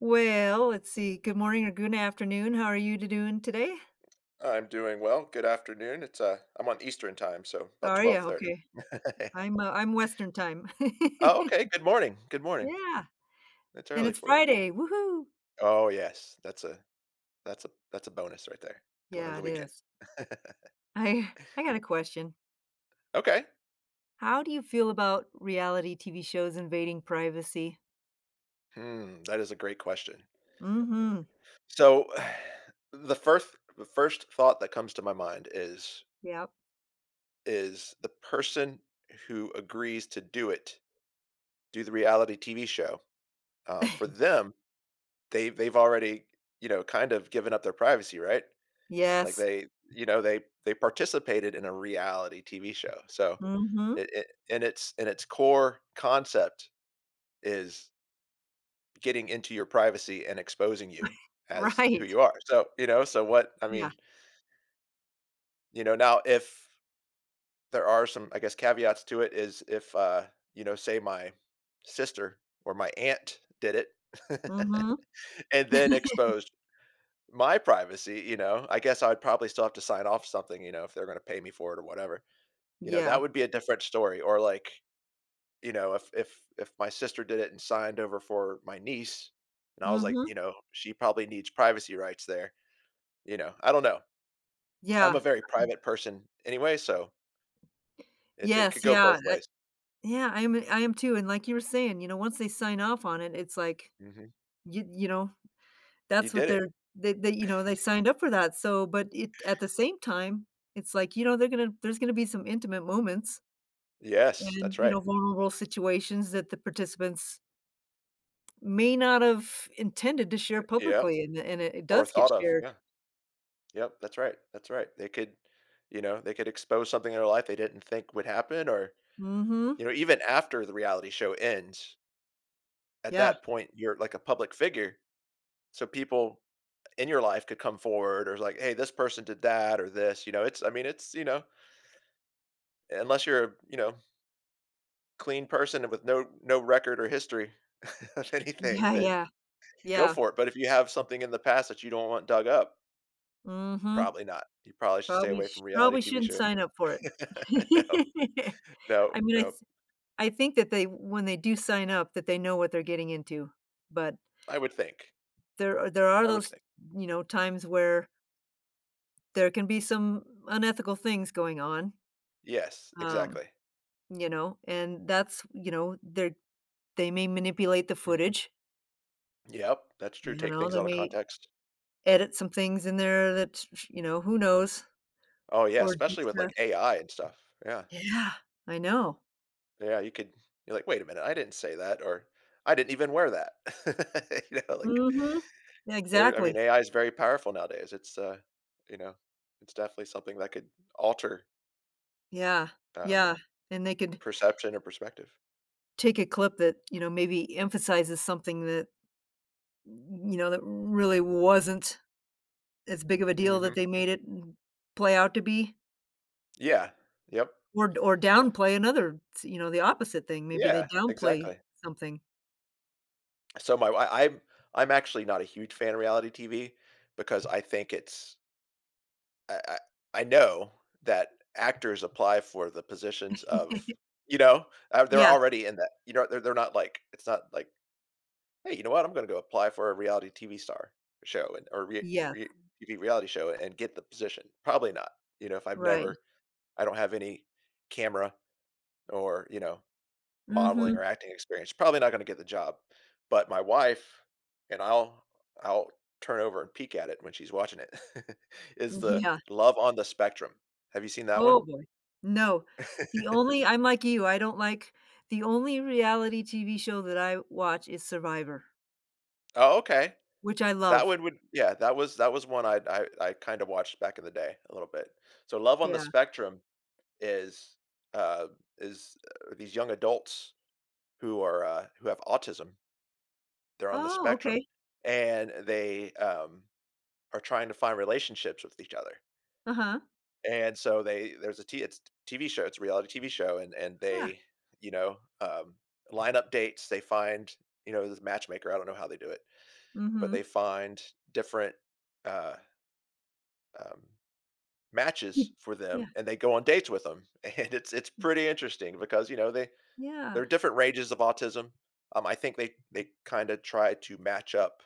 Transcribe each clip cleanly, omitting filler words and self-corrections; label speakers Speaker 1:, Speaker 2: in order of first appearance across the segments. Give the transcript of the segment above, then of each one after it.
Speaker 1: Well, let's see, good morning or good afternoon, how are you doing today?
Speaker 2: I'm doing well. Good afternoon. It's I'm on Eastern time, so
Speaker 1: How
Speaker 2: about
Speaker 1: are you?
Speaker 2: 12:30.
Speaker 1: Okay. I'm Western time.
Speaker 2: Oh, okay. Good morning. Good morning.
Speaker 1: Yeah,
Speaker 2: It's
Speaker 1: and
Speaker 2: early
Speaker 1: it's
Speaker 2: for you.
Speaker 1: Friday, woohoo.
Speaker 2: Oh yes, that's a bonus right there. Going into
Speaker 1: Yeah,
Speaker 2: the
Speaker 1: it
Speaker 2: weekend.
Speaker 1: is. I got a question.
Speaker 2: Okay.
Speaker 1: How do you feel about reality TV shows invading privacy?
Speaker 2: Hmm, that is a great question.
Speaker 1: Mhm,
Speaker 2: So, the first thought that comes to my mind is
Speaker 1: yep.
Speaker 2: is the person who agrees to do it, do the reality TV show. For them, they've already kind of given up their privacy, right? Like
Speaker 1: Yes.
Speaker 2: they they participated in a reality TV show. So
Speaker 1: Mhm,
Speaker 2: it and its core concept is getting into your privacy and exposing you as who
Speaker 1: right.
Speaker 2: you are. So, you know, so what
Speaker 1: Yeah.
Speaker 2: now if there are some, I guess, caveats to it is if you know, say my sister or my aunt did it
Speaker 1: Mhm.
Speaker 2: and then exposed my privacy, you know, I guess I'd probably still have to sign off something, you know, if they're going to pay me for it or whatever. You know, that
Speaker 1: Yeah.
Speaker 2: would be a different story, or, like, you know, if my sister did it and signed over for my niece, and I was like,
Speaker 1: Mhm.
Speaker 2: you know, she probably needs privacy rights there, you know? I don't know. I'm
Speaker 1: Yeah.
Speaker 2: a very private person anyway, so it could
Speaker 1: Yes,
Speaker 2: go both
Speaker 1: yeah, I
Speaker 2: ways.
Speaker 1: yeah, I am too, and like you were saying, you know, once they sign off on it, it's like
Speaker 2: Mhm.
Speaker 1: you know,
Speaker 2: You
Speaker 1: that's what
Speaker 2: did it.
Speaker 1: they're they, you know, they signed up for that, so but it at the same time, it's like, you know, they're gonna there's gonna be some intimate moments
Speaker 2: Yes,
Speaker 1: and,
Speaker 2: that's
Speaker 1: you
Speaker 2: right.
Speaker 1: know, vulnerable situations that the participants may not have intended to share
Speaker 2: Yep,
Speaker 1: publicly, and and it
Speaker 2: or
Speaker 1: does get
Speaker 2: thought of,
Speaker 1: shared.
Speaker 2: yeah. Yep, that's right, that's right. They could you know, they could expose something in their life they didn't think would happen, or, you
Speaker 1: Mhm.
Speaker 2: know, even after the reality show ends, at
Speaker 1: Yeah.
Speaker 2: that point, you're like a public figure, so people in your life could come forward or like, hey, this person did that or this. You know, it's you know, unless you're a you know clean person and with no record or history of anything,
Speaker 1: Yeah,
Speaker 2: then
Speaker 1: yeah,
Speaker 2: go
Speaker 1: yeah.
Speaker 2: for it. But if you have something in the past that you don't want dug up,
Speaker 1: Mhm.
Speaker 2: probably not. You probably should stay
Speaker 1: Probably
Speaker 2: away
Speaker 1: sh
Speaker 2: from reality
Speaker 1: probably
Speaker 2: TV
Speaker 1: shouldn't
Speaker 2: shows.
Speaker 1: sign up for it.
Speaker 2: No, no,
Speaker 1: I mean, I
Speaker 2: no.
Speaker 1: th I think that they when they do sign up, that they know what they're getting into, but
Speaker 2: I would think.
Speaker 1: there are
Speaker 2: I would
Speaker 1: those,
Speaker 2: think.
Speaker 1: you know, times where there can be some unethical things going on,
Speaker 2: Yes,
Speaker 1: um,
Speaker 2: exactly.
Speaker 1: you know, and that's, you know, they're they may manipulate the
Speaker 2: hmm
Speaker 1: footage,
Speaker 2: Yep, that's true.
Speaker 1: you
Speaker 2: Take
Speaker 1: know,
Speaker 2: things
Speaker 1: they
Speaker 2: out of
Speaker 1: may
Speaker 2: context.
Speaker 1: edit some things in there that, you know, who knows,
Speaker 2: Oh yeah,
Speaker 1: or
Speaker 2: especially
Speaker 1: just,
Speaker 2: with like AI and stuff. Yeah.
Speaker 1: Yeah, I know.
Speaker 2: Yeah, you could you're like, "Wait a minute, I didn't say that," or "I didn't even wear that." You know, like,
Speaker 1: Mhm. Yeah,
Speaker 2: there I mean,
Speaker 1: exactly.
Speaker 2: AI is very powerful nowadays. It's, you know, it's definitely something that could alter,
Speaker 1: Yeah,
Speaker 2: um,
Speaker 1: yeah, and they could
Speaker 2: perception or perspective.
Speaker 1: take a clip that, you know, maybe emphasizes something that, you know, that really wasn't as big of a deal
Speaker 2: Mhm.
Speaker 1: that they made it play out to be
Speaker 2: Yeah. Yep.
Speaker 1: or downplay another you know, the opposite thing, maybe they
Speaker 2: Yeah,
Speaker 1: downplay
Speaker 2: exactly.
Speaker 1: something.
Speaker 2: So my I'm actually not a huge fan of reality TV because I think it's I I I know that actors apply for the positions of you know, they're
Speaker 1: Yeah,
Speaker 2: already in that you know, they're not like it's not like, "Hey, you know what? I'm gonna go apply for a reality TV star show and or re
Speaker 1: Yeah,
Speaker 2: re TV reality show and get the position." Probably not, you know, if I've
Speaker 1: right.
Speaker 2: never I don't have any camera or, you know, modeling or
Speaker 1: Mhm,
Speaker 2: acting experience, probably not gonna get the job, but my wife and I'll turn over and peek at it when she's watching it, is the
Speaker 1: yeah.
Speaker 2: Love on the Spectrum. Have you seen that one?
Speaker 1: Oh, boy. No, the only I'm like you, I don't like the only reality TV show that I watch is Survivor,
Speaker 2: Oh, okay.
Speaker 1: which I
Speaker 2: That
Speaker 1: love.
Speaker 2: one would yeah, that was one I kinda watched back in the day a little bit. So Love on the
Speaker 1: Yeah.
Speaker 2: Spectrum is, uh is, these young adults who are, who have autism, they're on the
Speaker 1: Oh,
Speaker 2: spectrum,
Speaker 1: okay.
Speaker 2: and they, are trying to find relationships with each other.
Speaker 1: Uh-huh.
Speaker 2: And so they there's a t it's TV show, it's a reality TV show, and
Speaker 1: Yeah.
Speaker 2: they, you know, line up dates. They find, you know, this matchmaker. I don't know how they do it, but they
Speaker 1: Mhm.
Speaker 2: find different uh, um,
Speaker 1: Y
Speaker 2: matches for them,
Speaker 1: yeah,
Speaker 2: and they go on dates with them. And it's pretty interesting because you know they there
Speaker 1: yeah.
Speaker 2: are different ranges of autism. I think they kind of try to match up.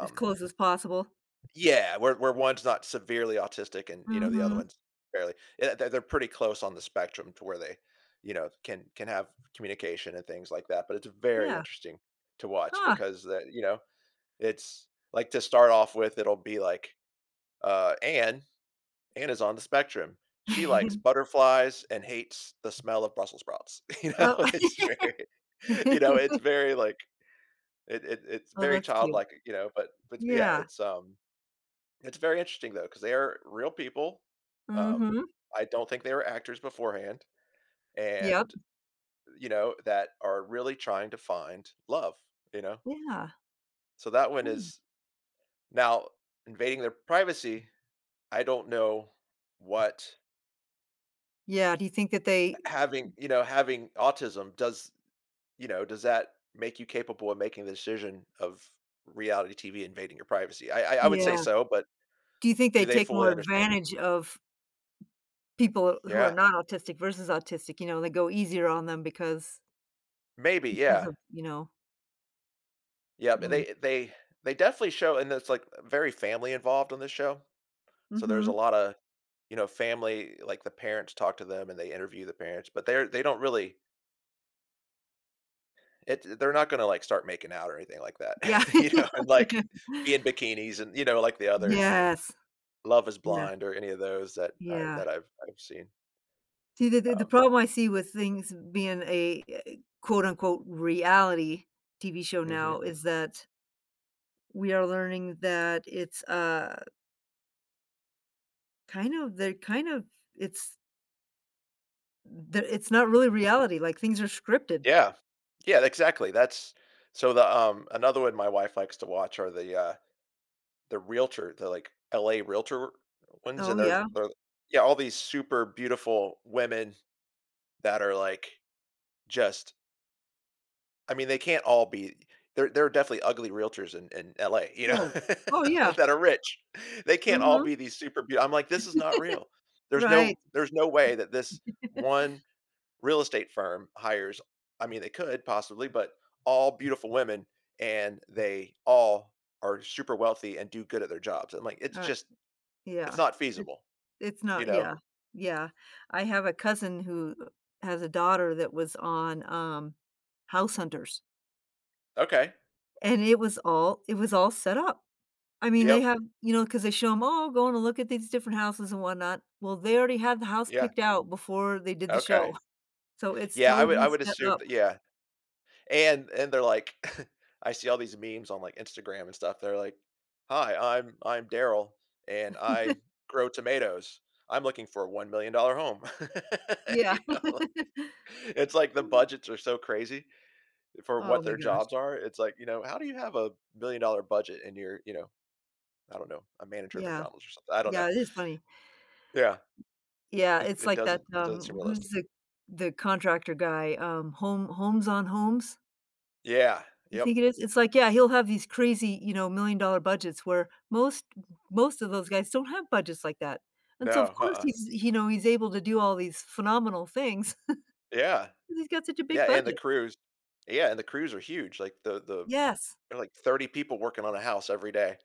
Speaker 1: As close as possible.
Speaker 2: Yeah, where one's not severely autistic and, you know, the other
Speaker 1: Mhm.
Speaker 2: one's barely yeah, they're pretty close on the spectrum to where they, you know, can have communication and things like that, but it's very
Speaker 1: Yeah.
Speaker 2: interesting to watch
Speaker 1: Huh.
Speaker 2: because that, you know, it's like to start off with, it'll be like, uh, Anne Anne is on the spectrum. She likes butterflies and hates the smell of Brussels sprouts. You know,
Speaker 1: Oh
Speaker 2: it's very you know, it's very like it it's
Speaker 1: Oh,
Speaker 2: very
Speaker 1: that's cute.
Speaker 2: childlike, you know, but yeah,
Speaker 1: Yeah.
Speaker 2: it's very interesting though, because they are real people.
Speaker 1: Mm.
Speaker 2: Um,
Speaker 1: Mhm.
Speaker 2: I don't think they were actors beforehand
Speaker 1: Yep.
Speaker 2: and, you know, that are really trying to find love, you know?
Speaker 1: Yeah.
Speaker 2: So that one
Speaker 1: Yeah.
Speaker 2: is now invading their privacy. I don't know what
Speaker 1: Yeah, do you think that they
Speaker 2: having, you know, having autism does, you know, does that make you capable of making the decision of reality TV invading your privacy? I would say
Speaker 1: Yeah.
Speaker 2: so, but
Speaker 1: Do you think
Speaker 2: do
Speaker 1: they
Speaker 2: they
Speaker 1: take
Speaker 2: fully
Speaker 1: more
Speaker 2: understand it?
Speaker 1: advantage of people who are
Speaker 2: Yeah,
Speaker 1: not autistic versus autistic? You know, they go easier on them
Speaker 2: maybe,
Speaker 1: because
Speaker 2: yeah.
Speaker 1: of, you know
Speaker 2: Yep,
Speaker 1: Mm.
Speaker 2: they they definitely show and it's, like, very family involved on this show. So there's a
Speaker 1: Mhm.
Speaker 2: lot of you know, family like, the parents talk to them and they interview the parents, but they're they don't really it they're not gonna, like, start making out or anything like that,
Speaker 1: Yeah.
Speaker 2: you know, and, like, be in bikinis and, you know, like the other
Speaker 1: Yes.
Speaker 2: Love Is
Speaker 1: Yeah.
Speaker 2: Blind or any of those that,
Speaker 1: Yeah.
Speaker 2: that I've seen.
Speaker 1: See, the
Speaker 2: Um
Speaker 1: problem I see with things being a, eh, quote, unquote, "reality" TV show
Speaker 2: Mhm.
Speaker 1: now is that we are learning that it's, kind of, they're kind of it's the it's not really reality, like, things are scripted.
Speaker 2: Yeah. Yeah, exactly, that's so the, another one my wife likes to watch are the, the realtor, the, like, LA realtor ones,
Speaker 1: Oh,
Speaker 2: and there's
Speaker 1: yeah.
Speaker 2: there yeah, all these super beautiful women that are, like, just I mean, they can't all be there there are definitely ugly realtors in LA, you know,
Speaker 1: Oh. Oh, yeah.
Speaker 2: that are rich. They can't all
Speaker 1: Mhm.
Speaker 2: be these super beau I'm like, "This is not real."
Speaker 1: Right.
Speaker 2: There's no way that this one real estate firm hires I mean, they could possibly, but all beautiful women, and they all are super wealthy and do good at their jobs. I'm like, "It's
Speaker 1: Uh,
Speaker 2: just it's
Speaker 1: yeah.
Speaker 2: not
Speaker 1: It
Speaker 2: feasible,
Speaker 1: it's
Speaker 2: you
Speaker 1: not
Speaker 2: know?
Speaker 1: yeah. Yeah. I have a cousin who has a daughter that was on, House Hunters,
Speaker 2: Okay.
Speaker 1: and it was all set up. I mean, they
Speaker 2: Yep.
Speaker 1: have you know because they show them all going to look at these different houses and whatnot." Well, they already had the house
Speaker 2: Yeah.
Speaker 1: picked out before they did the
Speaker 2: Okay.
Speaker 1: show, so it's
Speaker 2: Yeah, I
Speaker 1: totally
Speaker 2: would
Speaker 1: set
Speaker 2: assume
Speaker 1: up.
Speaker 2: that yeah. And they're like I see all these memes on, like, Instagram and stuff. They're like, "Hi, I'm Daryl, and I grow tomatoes. I'm looking for a $1,000,000 home."
Speaker 1: Yeah.
Speaker 2: You know? It's like the budgets are so crazy for
Speaker 1: Oh
Speaker 2: what
Speaker 1: my
Speaker 2: their
Speaker 1: gosh.
Speaker 2: jobs are. It's like, you know, how do you have a $1,000,000 budget and you're, you know, I don't know, a manager at
Speaker 1: Yeah.
Speaker 2: McDonald's or something? I don't know.
Speaker 1: Yeah, it is funny.
Speaker 2: Yeah.
Speaker 1: Yeah,
Speaker 2: It
Speaker 1: it's
Speaker 2: it
Speaker 1: like that,
Speaker 2: doesn't it doesn't seem
Speaker 1: who's
Speaker 2: realistic.
Speaker 1: the contractor guy, Home Homes on Homes,
Speaker 2: Yeah.
Speaker 1: I
Speaker 2: Yep.
Speaker 1: think it is. It's like, yeah, he'll have these crazy, you know, million-dollar budgets where most of those guys don't have budgets like that. And so, of
Speaker 2: No.
Speaker 1: course,
Speaker 2: Uh-uh.
Speaker 1: he's you know, he's able to do all these phenomenal things
Speaker 2: Yeah.
Speaker 1: 'cause he's got such a big
Speaker 2: Yeah, and the
Speaker 1: budget.
Speaker 2: crews. Yeah, and the crews are huge. Like the
Speaker 1: Yes.
Speaker 2: they're like 30 people working on a house every day.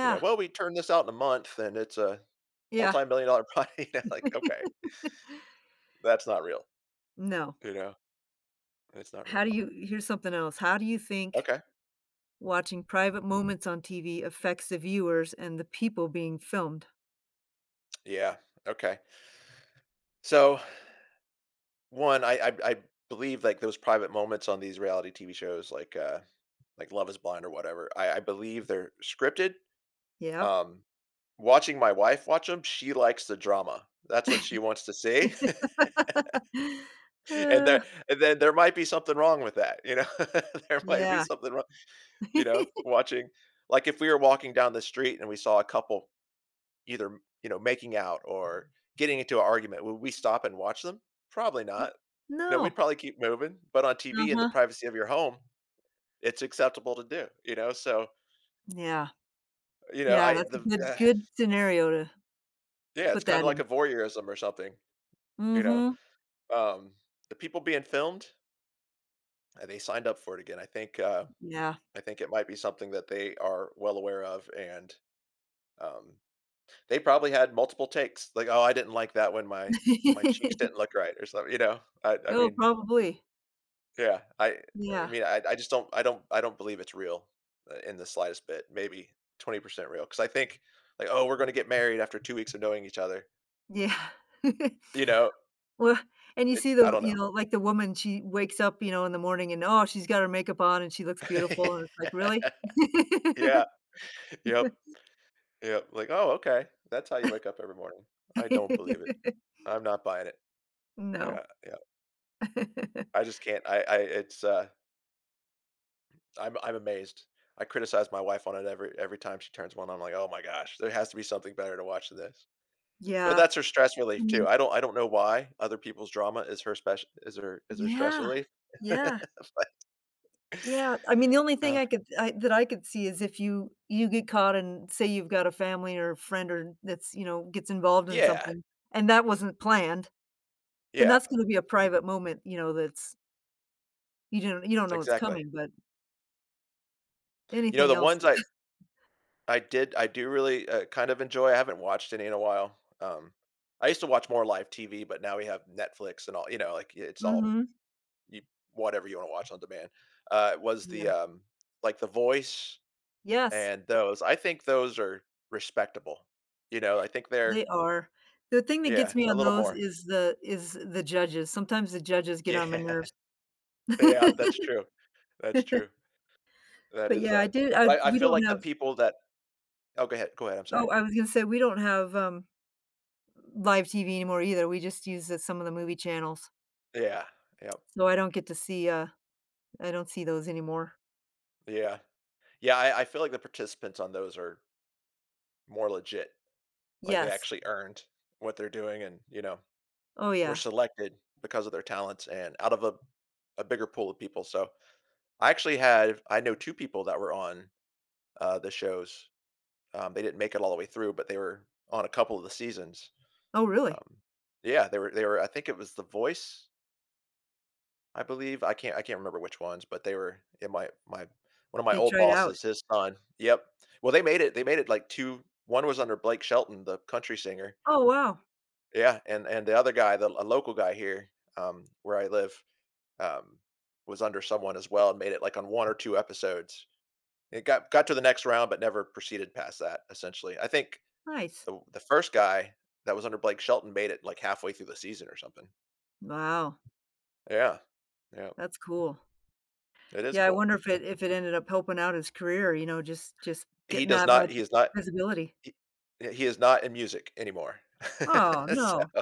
Speaker 2: You know, well, we turn this out in a month and it's a
Speaker 1: Yeah.
Speaker 2: multi-million dollar project. You know, like, okay, that's not real.
Speaker 1: No.
Speaker 2: You know, it's not real
Speaker 1: How do
Speaker 2: at all.
Speaker 1: you here's something else. How do you think
Speaker 2: Okay.
Speaker 1: watching private moments on TV affects the viewers and the people being filmed.
Speaker 2: Yeah. Okay. So one, I believe like those private moments on these reality TV shows like Love is Blind or whatever, I believe they're scripted.
Speaker 1: Yep.
Speaker 2: Um, Watching my wife watch them, she likes the drama. That's what she wants to see, and
Speaker 1: Uh,
Speaker 2: there and then there might be something wrong with that, you know? There might be
Speaker 1: yeah.
Speaker 2: something wrong, you know, watching like, if we were walking down the street and we saw a couple either, you know, making out or getting into an argument, would we stop and watch them? Probably not. You know, we'd
Speaker 1: No.
Speaker 2: probably keep moving, but on TV in the
Speaker 1: Uh-huh.
Speaker 2: privacy of your home, it's acceptable to do, you know? So,
Speaker 1: Yeah.
Speaker 2: you know,
Speaker 1: Yeah,
Speaker 2: I
Speaker 1: that's a
Speaker 2: the
Speaker 1: good good scenario to
Speaker 2: yeah, it's
Speaker 1: put
Speaker 2: kinda
Speaker 1: that
Speaker 2: like
Speaker 1: in.
Speaker 2: a voyeurism or something, you know?
Speaker 1: Mhm.
Speaker 2: Um, the people being filmed, they signed up for it again.
Speaker 1: Yeah.
Speaker 2: I think it might be something that they are well aware of, and um, they probably had multiple takes. Like, oh, I didn't like that when my cheeks didn't look right, or something. You know, I, I
Speaker 1: Oh,
Speaker 2: mean,
Speaker 1: probably.
Speaker 2: yeah, I I
Speaker 1: Yeah.
Speaker 2: mean, I just don't, I don't believe it's real in the slightest bit. Maybe 20% real, because I think like, oh, we're going to get married after 2 weeks of knowing each other.
Speaker 1: Yeah.
Speaker 2: You know,
Speaker 1: Well, and you see the
Speaker 2: I don't
Speaker 1: you
Speaker 2: know.
Speaker 1: know, like, the woman, she wakes up, you know, in the morning and, oh, she's got her makeup on and she looks beautiful, and it's like, "Really?"
Speaker 2: yeah. Yep. Yeah, like, "Oh, okay. That's how you wake up every morning." I don't believe it. I'm not buying it.
Speaker 1: No.
Speaker 2: Yeah, yeah. I just can't. I it's, I'm amazed. I criticize my wife on it every time she turns one on, I'm like, "Oh my gosh, there has to be something better to watch than this." But
Speaker 1: Yeah.
Speaker 2: that's her stress
Speaker 1: I
Speaker 2: relief too.
Speaker 1: mean
Speaker 2: I don't know why other people's drama is her special. Is her stress
Speaker 1: Yeah.
Speaker 2: relief.
Speaker 1: Yeah.
Speaker 2: But,
Speaker 1: Yeah. I mean, the only thing
Speaker 2: uh
Speaker 1: I could I that I could see is if you you get caught and say you've got a family or a friend or that's, you know, gets involved in
Speaker 2: yeah,
Speaker 1: something, and that wasn't planned, then
Speaker 2: yeah,
Speaker 1: that's gonna be a private moment, you know, that's you don't know it's
Speaker 2: exactly.
Speaker 1: coming, but
Speaker 2: You know,
Speaker 1: anything
Speaker 2: the
Speaker 1: else
Speaker 2: ones
Speaker 1: is
Speaker 2: I did I do really, kind of enjoy I haven't watched any in a while, I used to watch more live TV, but now we have Netflix and all you know, like, it's all
Speaker 1: Mhm.
Speaker 2: you whatever you wanna watch on demand. It was the,
Speaker 1: Yeah.
Speaker 2: like, The Voice
Speaker 1: Yes,
Speaker 2: and those. I think those are respectable, you know, I think they're
Speaker 1: they are. The thing that
Speaker 2: yeah,
Speaker 1: gets me
Speaker 2: a
Speaker 1: on
Speaker 2: little
Speaker 1: those
Speaker 2: more.
Speaker 1: is the judges. Sometimes the judges get on my
Speaker 2: Yeah.
Speaker 1: nerves.
Speaker 2: Yeah, that's true, that's true. That
Speaker 1: But,
Speaker 2: is,
Speaker 1: yeah, I
Speaker 2: uh
Speaker 1: do I
Speaker 2: but I
Speaker 1: we
Speaker 2: feel
Speaker 1: don't
Speaker 2: like the
Speaker 1: have
Speaker 2: people that Oh, go ahead, I'm sorry.
Speaker 1: Oh, I was gonna say we don't have, live TV anymore either, we just use the some of the movie channels,
Speaker 2: Yeah, yep,
Speaker 1: so I don't get to see, I don't see those anymore.
Speaker 2: yeah. Yeah, I feel like the participants on those are more legit. Like they
Speaker 1: Yes.
Speaker 2: actually earned what they're doing and, you know,
Speaker 1: Oh,
Speaker 2: were
Speaker 1: yeah.
Speaker 2: selected because of their talents and out of a bigger pool of people. So I actually had, I know two people that were on the shows. They didn't make it all the way through, but they were on a couple of the seasons.
Speaker 1: Oh, really?
Speaker 2: Um, yeah, they were, I think it was The Voice, I believe. I can't remember which ones, but they were in one of my
Speaker 1: They
Speaker 2: old
Speaker 1: tried out?
Speaker 2: bosses, his son. Yep. Well, they made it like two, one was under Blake Shelton, the country singer.
Speaker 1: Oh, wow.
Speaker 2: Yeah, and the other guy, the a local guy here, where I live, um, was under someone as well and made it like on one or two episodes. It got to the next round, but never proceeded past that. Essentially, I think
Speaker 1: Nice.
Speaker 2: the first guy that was under Blake Shelton made it like halfway through the season or something.
Speaker 1: Wow,
Speaker 2: Yeah, yeah,
Speaker 1: that's cool.
Speaker 2: it is
Speaker 1: Yeah, I
Speaker 2: cool.
Speaker 1: wonder if it ended up helping out his career, you know, just
Speaker 2: He
Speaker 1: getting
Speaker 2: does
Speaker 1: that
Speaker 2: not.
Speaker 1: much
Speaker 2: He is not.
Speaker 1: visibility.
Speaker 2: He, yeah, he is not in music anymore.
Speaker 1: Oh,
Speaker 2: So
Speaker 1: no.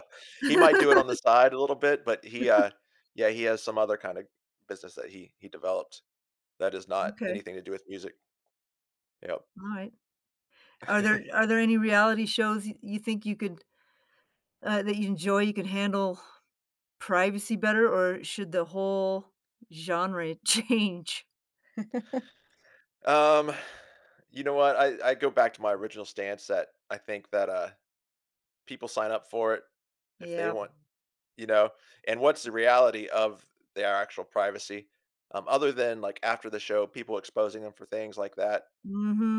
Speaker 2: he might do it on the side a little bit, but yeah, he has some other kind of business that he developed. That is not
Speaker 1: Okay,
Speaker 2: anything to do with music. Yep.
Speaker 1: alright. Are there any reality shows you you think you could, that you enjoy, you could handle privacy better, or should the whole genre change?
Speaker 2: Um, you know what? I go back to my original stance that I think that people sign up for it if they
Speaker 1: Yep.
Speaker 2: want, you know, and what's the reality of their actual privacy? Other than like after the show, people exposing them for things like that,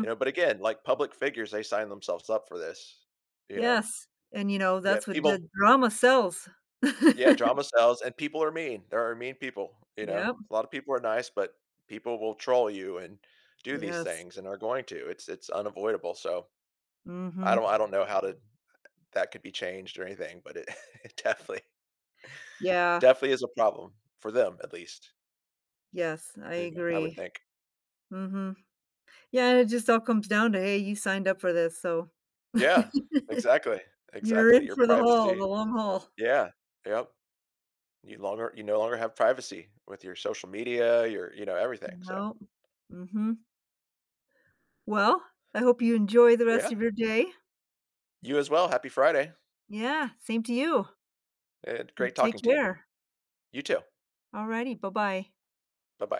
Speaker 2: you know, but again, like public figures, they sign themselves up for this, you know.
Speaker 1: Yes, and, you know,
Speaker 2: Yeah,
Speaker 1: that's what
Speaker 2: people.
Speaker 1: the drama sells.
Speaker 2: Yeah, drama sells, and people are mean. There are mean people, you know?
Speaker 1: Yep.
Speaker 2: A lot of people are nice, but people will troll you and do these
Speaker 1: Yes.
Speaker 2: things and are going to. It's unavoidable, so I don't
Speaker 1: Mhm.
Speaker 2: I don't know how to that could be changed or anything, but it it definitely
Speaker 1: Yeah.
Speaker 2: definitely is a problem for them, at least.
Speaker 1: Yes, I
Speaker 2: Yeah, I would
Speaker 1: agree.
Speaker 2: think.
Speaker 1: Mhm. Yeah, and it just all comes down to, "Hey, you signed up for this, so
Speaker 2: Yeah, exactly,
Speaker 1: you're
Speaker 2: exactly.
Speaker 1: in
Speaker 2: Your
Speaker 1: for the haul,
Speaker 2: privacy.
Speaker 1: the long haul."
Speaker 2: Yeah, yep. You no longer have privacy with your social media, you know, everything, so
Speaker 1: Nope. Mhm. Well, I hope you enjoy the rest
Speaker 2: yeah.
Speaker 1: of your day.
Speaker 2: You as well, happy Friday,
Speaker 1: Yeah, same to you.
Speaker 2: and
Speaker 1: You
Speaker 2: great
Speaker 1: take
Speaker 2: talking to you.
Speaker 1: care.
Speaker 2: You too.
Speaker 1: Alrighty, bye-bye.
Speaker 2: Bye-bye.